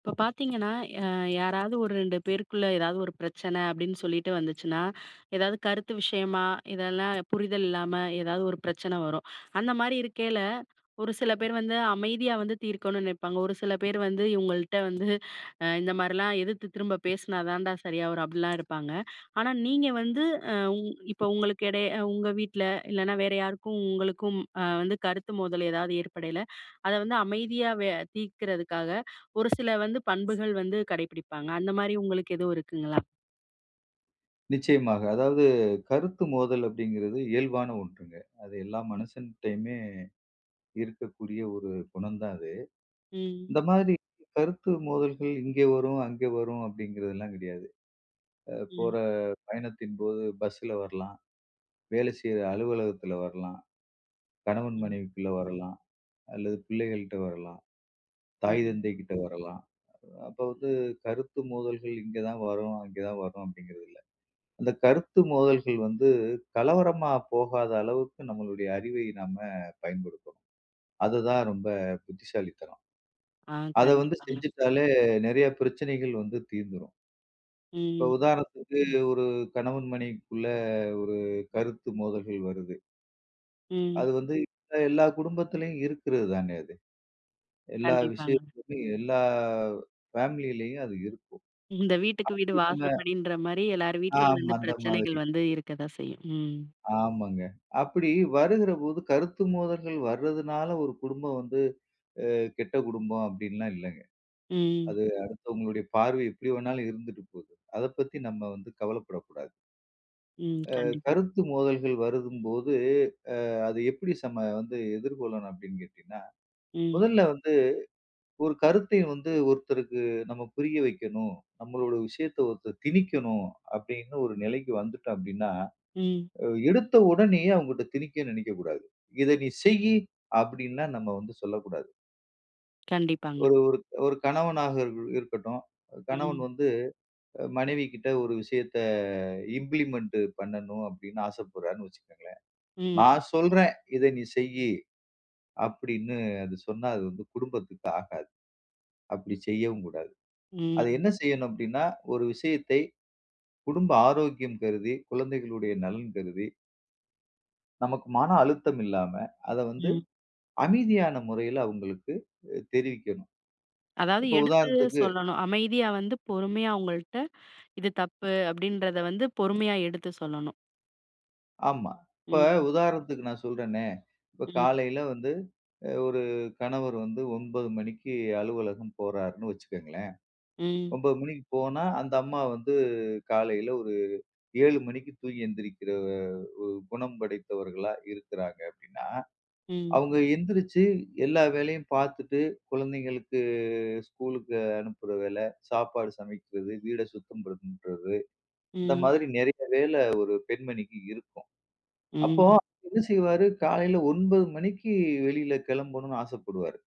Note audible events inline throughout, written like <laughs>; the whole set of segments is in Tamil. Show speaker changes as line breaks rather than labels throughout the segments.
இப்ப பாத்தீங்கன்னா, அ யாராவது ஒரு 2 பேருக்குள்ள ஏதாவது ஒரு பிரச்சனை அப்படின்னு சொல்லிட்டு வந்துச்சுன்னா, ஏதாவது கருத்து விஷயமா, இதெல்லாம் புரிதல் இல்லாம ஏதாவது ஒரு பிரச்சனை வரும். அந்த மாரி இருக்கையில, ஒரு சில பேர் வந்து அமைதியா வந்து தீர்க்கணும்னு நினைப்பாங்க. ஒரு சில பேர் வந்து இவங்கள்ட்ட வந்து இந்த மாரிலாம் எதிர்த்து திரும்ப பேசினா தான்டா சரியா வரும் அப்படிலாம் இருப்பாங்க. ஆனா நீங்க வந்து அ உங் இப்ப உங்களுக்கு இடை உங்க வீட்ல இல்லைன்னா வேற யாருக்கும் உங்களுக்கும் வந்து கருத்து மோதல் ஏதாவது ஏற்படையில, அத வந்து அமைதியா வே தீர்க்கிறதுக்காக ஒரு சில வந்து பண்புகள் வந்து கடைபிடிப்பாங்க. அந்த மாரி உங்களுக்கு எதுவும் இருக்குங்களா?
நிச்சயமாக. அதாவது கருத்து மோதல் அப்படிங்கிறது இயல்பான ஒன்றுங்க. அது எல்லா மனுஷன்ட்டயுமே இருக்கக்கூடிய ஒரு குணம் தான் அது.
ம்,
இந்த மாதிரி கருத்து மோதல்கள் இங்கே வரும், அங்கே வரும் அப்படிங்கிறதெல்லாம் கிடையாது. போற
ம்,
பயணத்தின் போது பஸ்ல வரலாம், வேலை செய்ற அலுவலகத்துல வரலாம், கணவன்
ம்,
மனைவிக்குள்ள வரலாம், அல்லது பிள்ளைகள்ட்ட வரலாம், தாய்
ம்.
தந்தை கிட்ட வரலாம். அப்ப வந்து கருத்து மோதல்கள் இங்க தான் வரும், அங்க தான் வரும் அப்படிங்கிறது இல்ல. அந்த கருத்து மோதல்கள் வந்து கலவரமா போகாத அளவுக்கு நம்மளுடைய அறிவை நாம பயன்படுத்தணும். அதுதான் ரொம்ப புத்திசாலித்தனம்.
ஆ,
அத வந்து
கண்டிப்பாங்க.
செஞ்சுட்டாலே நெறைய பிரச்சனைகள் வந்து தீர்ந்துரும். இப்ப
ம்,
உதாரணத்துக்கு ஒரு கணவன் மனைவிக்குள்ள ஒரு கருத்து மோதல்கள் வருது.
ம்.
அது வந்து எல்லா குடும்பத்திலயும் இருக்கிறது தானே அது. எல்லா
கண்டிப்பாங்க.
விஷயத்துலயும் எல்லா ஃபேமிலிலயும் அது இருக்கும்.
இந்த வீட்டுக்கு வீடு
அப்படி நம்ம
வாசப்படின்ற மாரி எல்லார் வீட்லயும்
ஆமா
வந்து
அந்த மாதிரி.
பிரச்சனைகள் வந்து இருக்க தான் செய்யும். ம்,
ஆமாங்க. அப்படி வருகிறபோது கருத்து மோதல்கள் வர்றதுனால ஒரு குடும்பம் வந்து கெட்ட குடும்பம் அப்படின்லாம் இல்லங்க.
ம்,
அது அடுத்தவங்களுடைய பார்வை எப்படி வேணாலும் இருந்துட்டு போகுது. அத பத்தி நம்ம வந்து கவலைப்படக்கூடாது.
ம். கண்டிப்பா.
கருத்து மோதல்கள் வருதும்போது அது எப்படி சம வந்து எதிர்கொள்ளணும் அப்படின்னு கேட்டீங்கன்னா,
ம்,
முதல்ல வந்து ஒரு கருத்தை வந்து ஒருத்தருக்கு நம்ம புரிய வைக்கணும், நம்மளோட விஷயத்த ஒருத்தர் திணிக்கணும் அப்படின்னு ஒரு நிலைக்கு வந்துட்டோம் அப்படின்னா
ம்.
எடுத்த உடனேயே அவங்கட்ட திணிக்க நினைக்கக்கூடாது. "இத நீ செய்யி" அப்படின்லாம் நம்ம வந்து சொல்லக்கூடாது.
கண்டிப்பாங்க.
ஒரு ஒரு ஒரு கணவனாக இருக்கட்டும். கணவன்
ம்,
வந்து மனைவி கிட்ட ஒரு விஷயத்த இம்ப்ளிமெண்ட் பண்ணணும் அப்படின்னு ஆசைப்படுறார்ன்னு வச்சுக்கோங்களேன்.
ம்,
நான் சொல்றேன், "இத நீ செய்யி" அப்படின்னு அது சொன்னா அது வந்து குடும்பத்துக்கு ஆகாது. அப்படி செய்யவும் கூடாது. அது
ம்,
என்ன செய்யணும் அப்படின்னா, ஒரு விஷயத்தை குடும்ப ஆரோக்கியம் கருதி, குழந்தைகளுடைய நலன் கருதி, நமக்கு மன அழுத்தம் இல்லாம, அத வந்து
ம்.
அமைதியான முறையில அவங்களுக்கு தெரிவிக்கணும்.
அதாவது
இப்ப
எடுத்து
உதாரணத்துக்கு
சொல்லணும். அமைதியா வந்து பொறுமையா அவங்கள்ட்ட இது தப்பு அப்படின்றத வந்து பொறுமையா எடுத்து சொல்லணும்.
ஆமா. இப்ப
ம்,
உதாரணத்துக்கு நான் சொல்றேனே, இப்ப
ம்,
காலையில வந்து ஒரு கணவர் வந்து 9 மணிக்கு அலுவலகம் போறாருன்னு வச்சுக்கங்களேன்.
ம்,
9 மணிக்கு போனா, அந்த அம்மா வந்து காலையில ஒரு 7 மணிக்கு தூங்கி எந்திரிக்கிற ஒரு குணம் படைத்தவர்களா இருக்கிறாங்க அப்படின்னா,
ம்.
அவங்க எந்திரிச்சு எல்லா வேலையும் பார்த்துட்டு, குழந்தைங்களுக்கு ஸ்கூலுக்கு அனுப்புற வேலை, சாப்பாடு சமைக்கிறது, வீட சுத்தம் பண்றது இந்த
ம்.
மாதிரி நெறைய வேல ஒரு பெண்மணிக்கு இருக்கும். அப்போ
ம்.
என்ன செய்வாரு, காலையில 9 மணிக்கு வெளியில கிளம்பணும்னு ஆசைப்படுவாரு.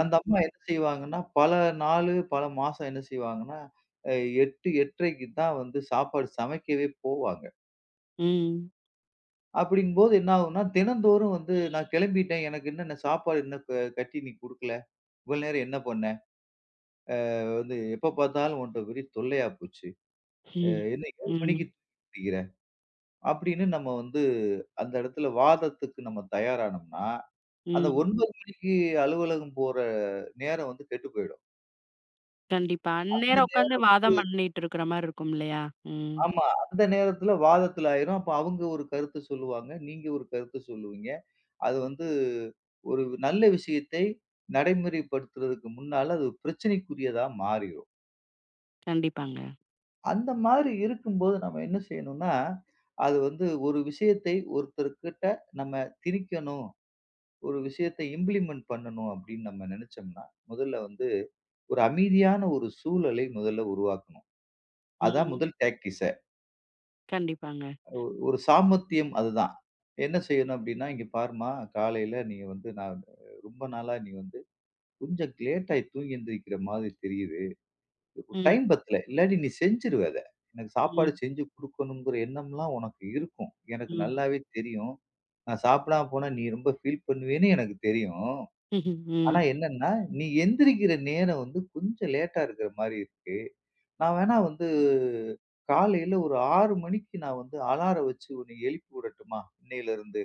அந்த அம்மா என்ன செய்வாங்கன்னா, பல நாளு, பல மாசம் என்ன செய்வாங்கன்னா, அ 8, 8:30க்கு தான் வந்து சாப்பாடு சமைக்கவே போவாங்க.
ம்.
அப்படிங்கும்போது என்ன ஆகும்னா, தினந்தோறும் வந்து "நான் கிளம்பிட்டேன். எனக்கு என்னென்ன சாப்பாடு இன்னும் கட்டி நீ குடுக்கல. இவ்வளோ நேரம் என்ன பண்ண? வந்து எப்ப பார்த்தாலும் உன்ட்ட பெரிய தொல்லையா போச்சு. அ
ம்.
என்ன 7
ம்.
மணிக்கு அப்படின்னு நம்ம வந்து அந்த இடத்துல வாதத்துக்கு நம்ம தயாரானோம்னா, அந்த
ம்.
9 மணிக்கு அலுவலகம் போற நேரம் வந்து கெட்டு போயிடும்.
கண்டிப்பா.
அந்த
அந்நேரம்
நேர
உட்காந்து வாதம் பண்ணிட்டு இருக்கிற மாரி இருக்கும் இல்லையா? ம்.
ஆமா. அந்த நேரத்துல வாதத்துல ஆயிரும். அப்ப அவங்க ஒரு கருத்து சொல்லுவாங்க. நீங்க ஒரு கருத்து சொல்லுவீங்க. அது வந்து ஒரு நல்ல விஷயத்தை நடைமுறைப்படுத்துறதுக்கு முன்னால அது பிரச்சனைக்குரியதா மாறிரும்.
கண்டிப்பாங்க.
அந்த மாதிரி இருக்கும்போது நம்ம என்ன செய்யணும்னா, அது வந்து ஒரு விஷயத்தை ஒருத்தர்கிட்ட நம்ம திணிக்கணும். ஒரு விஷயத்தை இம்ப்ளிமெண்ட் பண்ணணும் அப்படின்னு நம்ம நினைச்சோம்னா, முதல்ல வந்து ஒரு அமைதியான ஒரு சூழலை முதல்ல உருவாக்கணும். அதான்
ம்.
முதல் டாக்டிஸே.
கண்டிப்பாங்க.
ஒரு சாமர்த்தியம் அதுதான். என்ன செய்யணும் அப்படின்னா, "இங்க பாரும்மா, காலையில நீ வந்து நான் ரொம்ப நாளா நீ வந்து கொஞ்சம் லேட்டாயி தூங்கி எந்திரிக்கிற மாதிரி தெரியுது.
ம்.
டைம் பத்தல. இல்லாட்டி நீ செஞ்சுருவ அத. எனக்கு சாப்பாடு
ம்.
செஞ்சு குடுக்கணுங்கிற எண்ணம்லாம் உனக்கு இருக்கும். எனக்கு
ம்.
நல்லாவே தெரியும். நான் சாப்பிடாம போனா நீ ரொம்ப ஃபீல் பண்ணுவேன்னு எனக்கு தெரியும்." ஆனா
ம்.
என்னன்னா, நீ எந்திரிக்கிற நேரம் வந்து கொஞ்சம் லேட்டா இருக்கிற மாரி இருக்கு. நான் வேணா வந்து காலையில ஒரு 6 மணிக்கு நான் வந்து அலாரம் வச்சு உன்னை எழுப்பி விடட்டுமா? இன்னையிலிருந்து.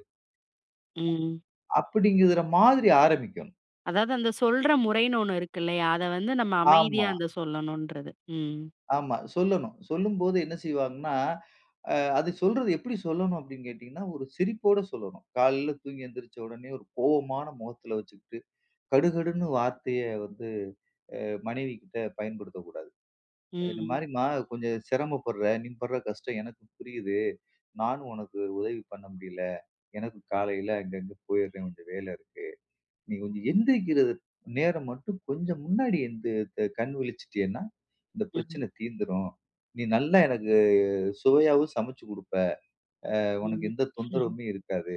ம்.
அப்படிங்கிற மாதிரி ஆரம்பிக்கணும்.
அதாவது அந்த சொல்ற முறைன்னு ஒண்ணு இருக்கு இல்லையா? அத வந்து நம்ம அமைதியா
ஆமா,
அந்த சொல்லணுன்றது. ம்.
ஆமா. சொல்லணும். சொல்லும்போது என்ன செய்வாங்கன்னா, அது சொல்றது எப்படி சொல்லணும் அப்படின்னு கேட்டீங்கன்னா, ஒரு சிரிப்போட சொல்லணும். காலையில தூங்கி எந்திரிச்ச உடனே ஒரு கோவமான முகத்துல வச்சுக்கிட்டு, கடுகடுன்னு வார்த்தைய வந்து மனைவி கிட்ட பயன்படுத்தக்கூடாது. இந்த
ம்.
மாதிரிம்மா கொஞ்சம் சிரமப்படுற, நீ படுற கஷ்டம் எனக்கு புரியுது. நானும் உனக்கு உதவி பண்ண முடியல. எனக்கு காலையில அங்கங்க போயிடுறேன். கொஞ்சம் வேலை இருக்கு. நீ கொஞ்சம் எந்திரிக்கிறது நேரம் மட்டும் கொஞ்சம் முன்னாடி கண் விழிச்சிட்டேன்னா, இந்த
ம்.
பிரச்சனை தீந்துரும். நீ நல்லா எனக்கு சுவையாவும் சமைச்சு குடுப்ப. உனக்கு
ம்.
எந்த தொந்தரவுமே இருக்காது.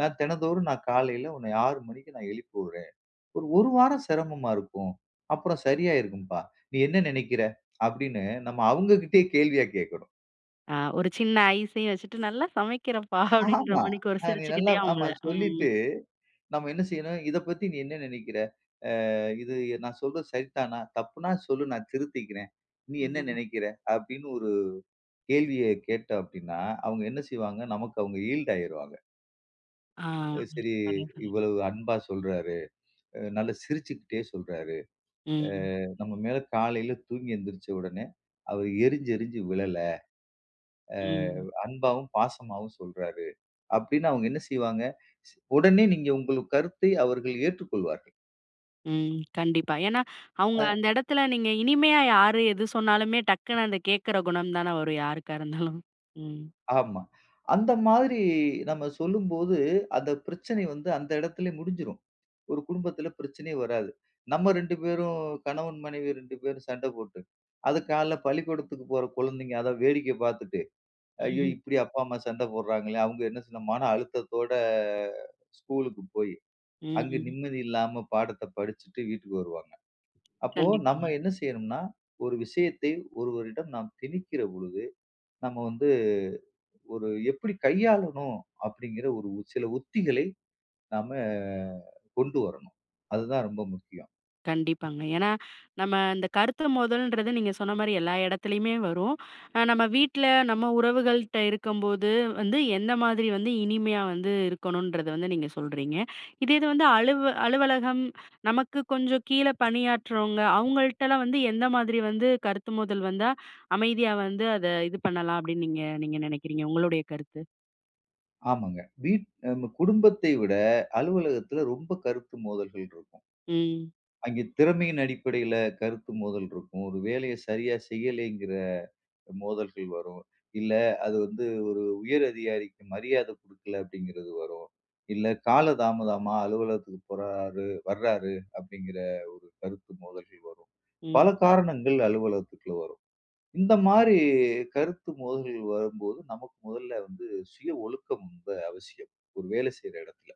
நான் தினந்தோறும் காலையில உன்னை 6 மணிக்கு எழுப்பி விடுறேன். ஒரு 1 வாரம் சிரமமா இருக்கும். அப்புறம் சரியாயிருக்கும்பா. நீ என்ன நினைக்கிற? அப்படின்னு நம்ம அவங்க கிட்டயே கேள்வியா கேட்கணும்.
ஆ, ஒரு சின்ன ஐஸையும் வச்சுட்டு, "நல்லா சமைக்கிறப்பா" அப்படின்ற
ஆமா.
மாணிக்கு ஒரு
நீ நல்லா
சிரிச்சுக்கிட்டே அவங்கள
ஆமா
ம்.
சொல்லிட்டு, நம்ம என்ன செய்யணும், "இத பத்தி நீ என்ன நினைக்கிற? இது நான் சொல்றது சரிதானா? தப்புனா சொல்லு நான் திருத்திக்கிறேன். நீ என்ன
ம்.
நினைக்கிற?" அப்படின்னு ஒரு கேள்விய கேட்டோம் அப்படின்னா, அவங்க என்ன செய்வாங்க, நமக்கு அவங்க ஈல்ட் ஆயிருவாங்க.
ஆ.
அ சரி
சரியா சொன்னீங்க.
இவ்வளவு அன்பா சொல்றாரு, நல்லா சிரிச்சுக்கிட்டே சொல்றாரு,
ம்.
நம்ம மேல காலையில தூங்கி எந்திரிச்ச உடனே அவர் எரிஞ்சு எரிஞ்சு விழல,
ம்.
அன்பாவும் பாசமாவும் சொல்றாரு அப்படின்னு அவங்க என்ன செய்வாங்க, உடனே நீங்க உங்கள் கருத்தை அவர்கள் ஏற்றுக்கொள்வார்கள்.
ம். கண்டிப்பா. ஏன்னா, அவங்க அந்த இடத்துல நீங்க இனிமையா யாரு எது சொன்னாலுமே டக்குனு அந்த கேட்கிற குணம் தான வரும் யாருக்கா இருந்தாலும். ம்.
ஆமா. அந்த மாதிரி நம்ம சொல்லும்போது, அந்த பிரச்சனை வந்து அந்த இடத்திலே முடிஞ்சிரும். ஒரு குடும்பத்தில பிரச்சனையே வராது. நம்ம 2 பேரும் கணவன், மனைவி 2 பேரும் சண்டை போட்டு, அது காலைல பள்ளிக்கூடத்துக்கு போற குழந்தைங்க அத வேடிக்கை பார்த்துட்டு, ஐயோ!
ம்.
இப்படி அப்பா, அம்மா சண்டை போடுறாங்களே! அவங்க என்ன சொன்னா மன அழுத்தத்தோட ஸ்கூலுக்கு போய், அங்க
ம்,
நிம்மதி இல்லாம பாடத்த படிச்சுட்டு வீட்டுக்கு வருவாங்க. அப்போ
கண்டிப்பா.
நம்ம என்ன செய்யணும்னா, ஒரு விஷயத்தை ஒருவரிடம் நாம் திணிக்கிற பொழுது, நம்ம வந்து ஒரு எப்படி கையாளணும் அப்படிங்கிற ஒரு சில உத்திகளை நாம கொண்டு வரணும். அதுதான் ரொம்ப முக்கியம்.
கண்டிப்பாங்க. ஏன்னா, நம்ம இந்த கருத்து மோதல்ன்றது நீங்க சொன்ன மாரி எல்லா இடத்துலயுமே வரும். நம்ம வீட்ல, நம்ம உறவுகள்ட்ட இருக்கும்போது வந்து எந்த மாதிரி வந்து இனிமையா வந்து இருக்கணும்ன்றத வந்து நீங்க சொல்றீங்க. இதே இது வந்து அலுவலகம், நமக்கு கொஞ்சம் கீழ பணியாற்றுறவங்க, அவங்கள்ட்டலாம் வந்து எந்த மாதிரி வந்து கருத்து மோதல் வந்தா, அமைதியா வந்து அத இது பண்ணலாம் அப்படின்னு நீங்க நீங்க நினைக்கிறீங்க? உங்களுடைய கருத்து?
ஆமாங்க. நம்ம குடும்பத்தை விட அலுவலகத்துல ரொம்ப கருத்து மோதல்கள் இருக்கும்.
ம்.
அங்கே திறமையின் அடிப்படையில கருத்து மோதல் இருக்கும். ஒரு வேலையை சரியா செய்யலைங்கிற மோதல்கள் வரும். இல்ல அது வந்து ஒரு உயர் அதிகாரிக்கு மரியாதை குடுக்கல அப்படிங்கிறது வரும். இல்ல காலதாமதமா அலுவலகத்துக்கு போறாரு, வர்றாரு அப்படிங்கிற ஒரு கருத்து மோதல்கள் வரும். பல
ம்.
காரணங்கள் அலுவலகத்துக்குள்ள வரும். இந்த மாரி கருத்து மோதல்கள் வரும்போது நமக்கு முதல்ல வந்து சுய ஒழுக்கம் ரொம்ப அவசியம். ஒரு வேலை செய்ற இடத்துல.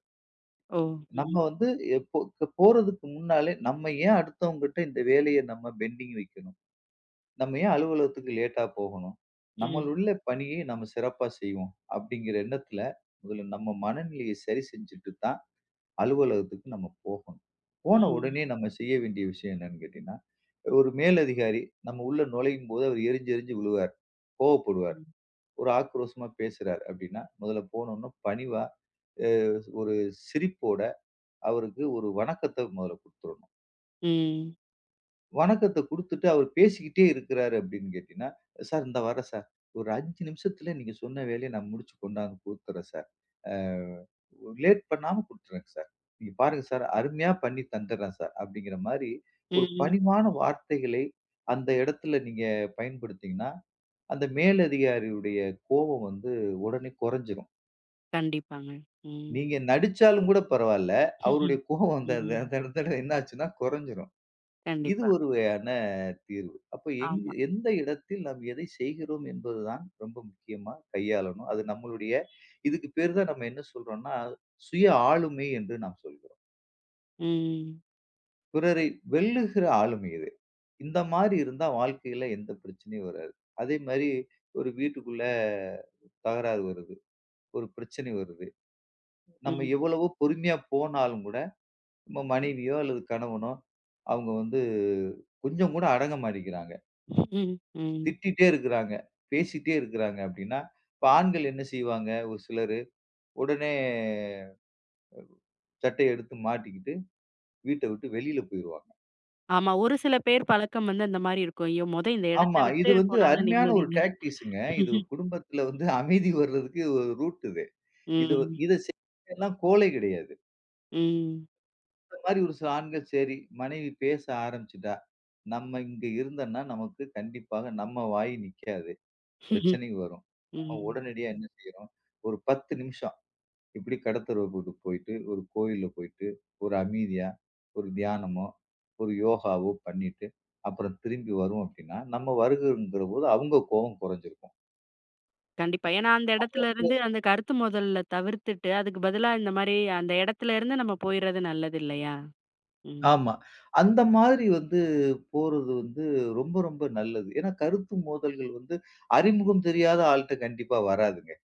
ஓ!
நம்ம
ம்.
வந்து எப்போ போறதுக்கு முன்னாலே நம்ம ஏன் அடுத்தவங்ககிட்ட இந்த வேலைய நம்ம பெண்டிங் வைக்கணும்? நம்ம ஏன் அலுவலகத்துக்கு லேட்டா போகணும்?
ம்.
நம்மளுள்ள பணியை நம்ம சிறப்பா செய்வோம். அப்படிங்கிற எண்ணத்துல, முதல்ல நம்ம மனநிலையை சரி செஞ்சுட்டு தான் அலுவலகத்துக்கு நம்ம போகணும். போன
ம்.
உடனே நம்ம செய்ய வேண்டிய விஷயம் என்னன்னு கேட்டீங்கன்னா, ஒரு மேலதிகாரி நம்ம உள்ள நுழையும்போது அவர் எரிஞ்சு எரிஞ்சு விழுவார். கோவப்படுவார்.
ம்.
ஒரு ஆக்ரோஷமா பேசுறார் அப்படின்னா, முதல்ல போனோன்ன பணிவா, அ ஒரு சிரிப்போட அவருக்கு ஒரு வணக்கத்த முதல்ல குடுத்துறணும்.
ம்.
வணக்கத்த குடுத்துட்டு அவர் பேசிக்கிட்டே இருக்கிறாரு அப்படின்னு கேட்டீங்கன்னா, "சார் இந்தா வரேன் சார். ஒரு 5 நிமிஷத்துல நீங்க சொன்ன வேலைய நான் முடிச்சு கொண்டாந்து குடுத்துர்றேன் சார். லேட் பண்ணாம குடுத்துர்றேங்க சார். நீங்க பாருங்க சார், அருமையா பண்ணி தந்துர்றேன் சார்." அப்படிங்கிற மாரி ஒரு
ம்.
பணிவான வார்த்தைகளை அந்த இடத்துல நீங்க பயன்படுத்தீங்கன்னா, அந்த மேலதிகாரியுடைய கோபம் வந்து உடனே குறைஞ்சிரும்.
கண்டிப்பாங்க. ம்.
நீங்க நடிச்சாலும் கூட பரவால்ல.
ம்ஹ்ம்.
அவருடைய கோபம் அந்த
ம்.
அந்த இடத்துல என்ன ஆச்சுன்னா குறைஞ்சிரும். இது
கண்டிப்பா.
ஒரு வகையான தீர்வு. அப்ப எங்
ஆமா.
எந்த இடத்தில் நாம் எதை செய்கிறோம் என்பதுதான் ரொம்ப முக்கியமா கையாளணும். அது நம்மளுடைய இதுக்கு பேர் தான் நம்ம என்ன சொல்றோம்னா, சுய ஆளுமை என்று நாம் சொல்கிறோம்.
ம்.
பிறரை வெல்லுகிற ஆளுமை இது. இந்த மாரி இருந்தா வாழ்க்கையில எந்த பிரச்சனையும் வராது. அதே மாரி ஒரு வீட்டுக்குள்ள தகராறு வருது. ஒரு பிரச்சனை வருது. நம்ம
ம்.
எவ்வளவோ பொறுமையா போனாலும் கூட, நம்ம மனைவியோ அல்லது கணவனோ, அவங்க வந்து கொஞ்சம் கூட அடங்க மாட்டேங்கிறாங்க.
ம். ம்.
திட்டிட்டே இருக்கிறாங்க, பேசிட்டே இருக்கிறாங்க அப்படின்னா, இப்ப ஆண்கள் என்ன செய்வாங்க? ஒரு சிலரு, உடனே சட்டைய எடுத்து மாட்டிக்கிட்டு, வீட்ட விட்டு வெளியில போயிருவாங்க.
ஆமா. ஒரு சில பேர் பழக்கம் வந்து அந்த மாரி இருக்கும். ஐயோ! மொத இந்த இடத்த
ஆமா.
விட்டு
இது வந்து
போனா தான்
அருமையான ஒரு
நிம்மதின்னு. ம்.
டாக்டிக்ஸ்ங்க. இது
<laughs>
குடும்பத்துல வந்து அமைதி வர்றதுக்கு ஒரு ரூட் இது. இது இத செய்றதெல்லாம் கோலை கிடையாது.
ம்.
இந்த மாரி ஒரு சில ஆண்கள் சரி, மனைவி பேச ஆரம்பிச்சுட்டா, நம்ம இங்க இருந்தோம்னா, நமக்கு கண்டிப்பாக நம்ம வாய் நிக்காது. பிரச்சனை வரும். நம்ம
ம்.
உடனடியா என்ன செய்றோம்? ஒரு 10 நிமிஷம் இப்படி கடத்தெருவுக்கு போயிட்டு, ஒரு கோயில்ல போயிட்டு, ஒரு அமைதியா, ஒரு தியானமோ, ஒரு யோகாவோ பண்ணிட்டு, அப்புறம் திரும்பி வரோம் அப்படின்னா, நம்ம வருகைங்கிறபோது அவங்க கோவம் குறைஞ்சிருக்கும்.
கண்டிப்பா. ஏன்னா அந்த இடத்துலருந்து அந்த கருத்து மோதல்ல தவிர்த்துட்டு, அதுக்கு பதிலா இந்த மாரி அந்த இடத்துலருந்து நம்ம போயிறது நல்லது இல்லையா? ம்.
ஆமா. அந்த மாதிரி வந்து போறது வந்து ரொம்ப நல்லது. ஏன்னா கருத்து மோதல்கள் வந்து அறிமுகம் தெரியாத ஆள்ட்ட கண்டிப்பா வராதுங்க.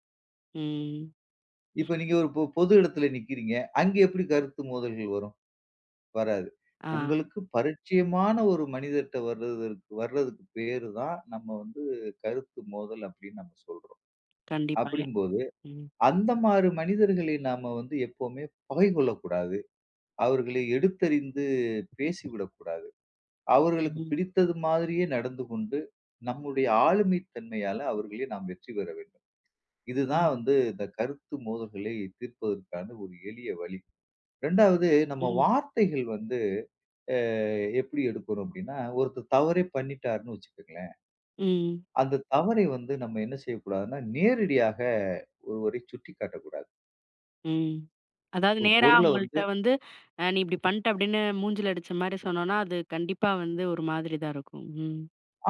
ம்.
இப்ப நீங்க ஒரு பொது இடத்துல நிக்கிறீங்க. அங்க எப்படி கருத்து மோதல்கள் வரும்? வராது.
ஆ.
உங்களுக்கு பரிச்சயமான ஒரு மனிதர்ட்ட வர்றதுக்கு பேரு தான் நம்ம வந்து கருத்து மோதல் அப்படின்னு நம்ம சொல்றோம்.
கண்டிப்பாங்க.
அப்படிங்கும்போது,
ம்.
அந்த மாரி மனிதர்களை நாம வந்து எப்பவுமே பகை கொள்ளக்கூடாது. அவர்களை எடுத்தறிந்து பேசிவிடக்கூடாது. அவர்களுக்கு
ம்.
பிடித்தது மாதிரியே நடந்து கொண்டு, நம்முடைய ஆளுமை தன்மையால அவர்களை நாம் வெற்றி பெற வேண்டும். இதுதான்
ம்.
வந்து இந்த கருத்து மோதல்களை தீர்ப்பதற்கான ஒரு எளிய வழி. 2வது நம்ம
ம்.
வார்த்தைகள் வந்து அ எப்படி எடுக்கணும் அப்படின்னா, ஒருத்தர் தவறே பண்ணிட்டாருன்னு வச்சுக்கங்களேன்.
ம்.
அந்த தவறை வந்து நம்ம என்ன செய்யக்கூடாதுன்னா, நேரடியாக ஒருவரை சுட்டிக்காட்டக்கூடாது.
ம். அதாவது
ஒரு
நேரா
பொருள வந்து
அவங்கள்ட்ட வந்து, "நீ இப்படி பண்ட்ட" அப்படின்னு மூஞ்சில அடிச்ச மாரி சொன்னோம்னா, அது கண்டிப்பா வந்து ஒரு மாதிரி தான் இருக்கும். ம்.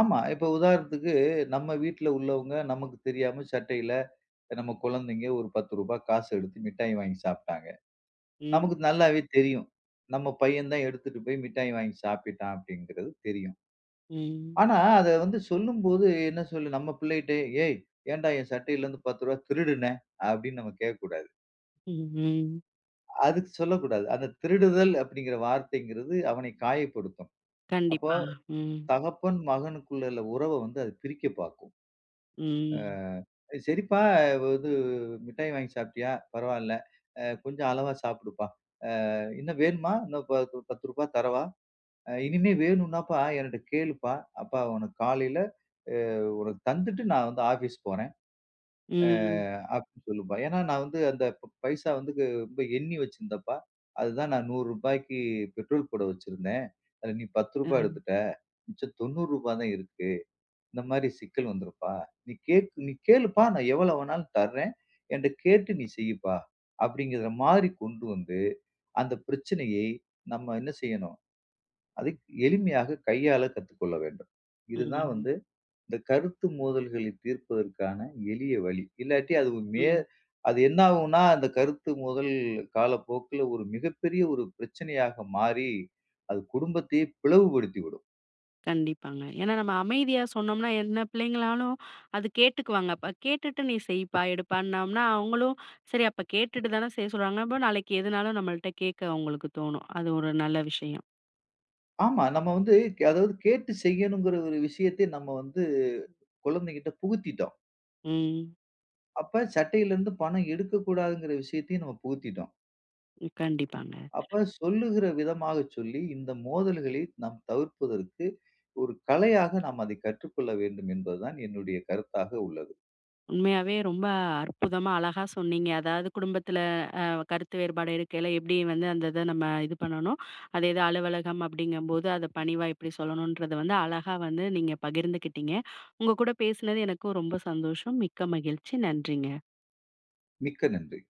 ஆமா. இப்ப உதாரணத்துக்கு நம்ம வீட்ல உள்ளவங்க நமக்கு தெரியாம சட்டையில நம்ம குழந்தைங்க ஒரு ரூ. 10 காசு எடுத்து மிட்டாய் வாங்கி சாப்பிட்டாங்க.
ம்.
நமக்கு நல்லாவே தெரியும். நம்ம பையன் தான் எடுத்துட்டு போய் மிட்டாய் வாங்கி சாப்பிட்டான் அப்படிங்கிறது தெரியும்.
ம்.
ஆனா அத வந்து சொல்லும்போது என்ன சொல்லு நம்ம பிள்ளைகிட்ட, "ஏய் ஏன்டா என் சட்டையில இருந்து ரூ. 10 திருடுன" அப்படின்னு நம்ம கேட்கக்கூடாது.
ம். ம்.
அதுக்கு சொல்லக்கூடாது. அந்த திருடுதல் அப்படிங்கிற வார்த்தைங்கிறது அவனை காயப்படுத்தும். அப்போ
கண்டிப்பா. ம்.
தகப்பன், மகனுக்குள்ள உள்ள உறவ வந்து அது பிரிக்க பார்க்கும்.
ம்.
"சரிப்பா இது மிட்டாய் வாங்கி சாப்பிட்டியா? பரவால்ல. கொஞ்சம் அளவா சாப்பிடுப்பா. இன்னும் வேணுமா? இன்னும் ரூ. 10 தரவா? இனிமே வேணும்னாப்பா என்கிட்ட கேளுப்பா. அப்பா உனக்கு தந்துட்டு நான் வந்து ஆஃபீஸ் போறேன்." அ
ம்.
அப்படின்னு சொல்லும்பா. ஏன்னா நான் வந்து அந்த பைசா வந்து ரொம்ப எண்ணி வச்சிருந்தேன்ப்பா. அதுதான் நான் ரூ. 100 பெட்ரோல் போட வச்சிருந்தேன். அதுல நீ ரூ. 10
அ.
எடுத்துட்ட. மிச்சம் ரூ. 90 தான் இருக்கு. இந்த மாரி சிக்கல் வந்துருப்பா. நீ கேளுப்பா. நான் எவ்வளவு வேணாலும் தர்றேன். என்ட்ட கேட்டு நீ செய்யுப்பா. அப்படிங்கிற மாதிரி கொண்டு வந்து அந்த பிரச்சனையை நம்ம என்ன செய்யணும்? அதை எளிமையாக கையாள கத்துக்கொள்ள வேண்டும். இதுதான்
ம்.
வந்து இந்த கருத்து மோதல்களை தீர்ப்பதற்கான எளிய வழி. இல்லாட்டி அது ஒரு மே
ம்.
அது என்ன ஆகும்னா, அந்த கருத்து மோதல் காலப்போக்குல ஒரு மிகப்பெரிய ஒரு பிரச்சனையாக மாறி, அது குடும்பத்தையே பிளவுபடுத்திவிடும்.
கண்டிப்பாங்க. ஏன்னா நம்ம அமைதியா சொன்னோம்னா, என்ன பிள்ளைங்களாலும் அது கேட்டுக்குவாங்க. அப்ப கேட்டுட்டு "நீ செய்ப்பா, எடுப்பான்னோம்னா" அவங்களும் "சரி அப்ப கேட்டுட்டு தானே செய்ய சொல்றாங்க." அப்ப நாளைக்கு எதுனாலும் நம்மள்ட்ட கேட்க அவங்களுக்கு தோணும். அது ஒரு நல்ல விஷயம்.
ஆமா, நம்ம வந்து அதாவது கேட்டு செய்யணுங்கிற ஒரு விஷயத்தை நம்ம வந்து குழந்தைகிட்ட புகுத்திட்டோம்.
ம்.
அப்ப சட்டையிலேருந்து பணம் எடுக்கக்கூடாதுங்கிற விஷயத்தையும் நம்ம புகுத்திட்டோம்.
கண்டிப்பாங்க.
அப்ப சொல்லுகிற விதமாக சொல்லி இந்த மோதல்களை நாம் தவிர்ப்பதற்கு ஒரு கலையாக நாம் அதை கற்றுக்கொள்ள வேண்டும் என்பதுதான் என்னுடைய கருத்தாக உள்ளது.
உண்மையாவே ரொம்ப அற்புதமா, அழகா சொன்னீங்க. அதாவது குடும்பத்துல கருத்து வேறுபாடு இருக்கையில எப்படி வந்து அந்த இத நம்ம இது பண்ணணும். அதே இது அலுவலகம் அப்படிங்கும்போது அத பணிவா எப்படி சொல்லணும்ன்றத வந்து அழகா வந்து நீங்க பகிர்ந்துக்கிட்டீங்க. உங்க கூட பேசினது எனக்கும் ரொம்ப சந்தோஷம். மிக்க மகிழ்ச்சி. நன்றிங்க.
மிக்க நன்றி.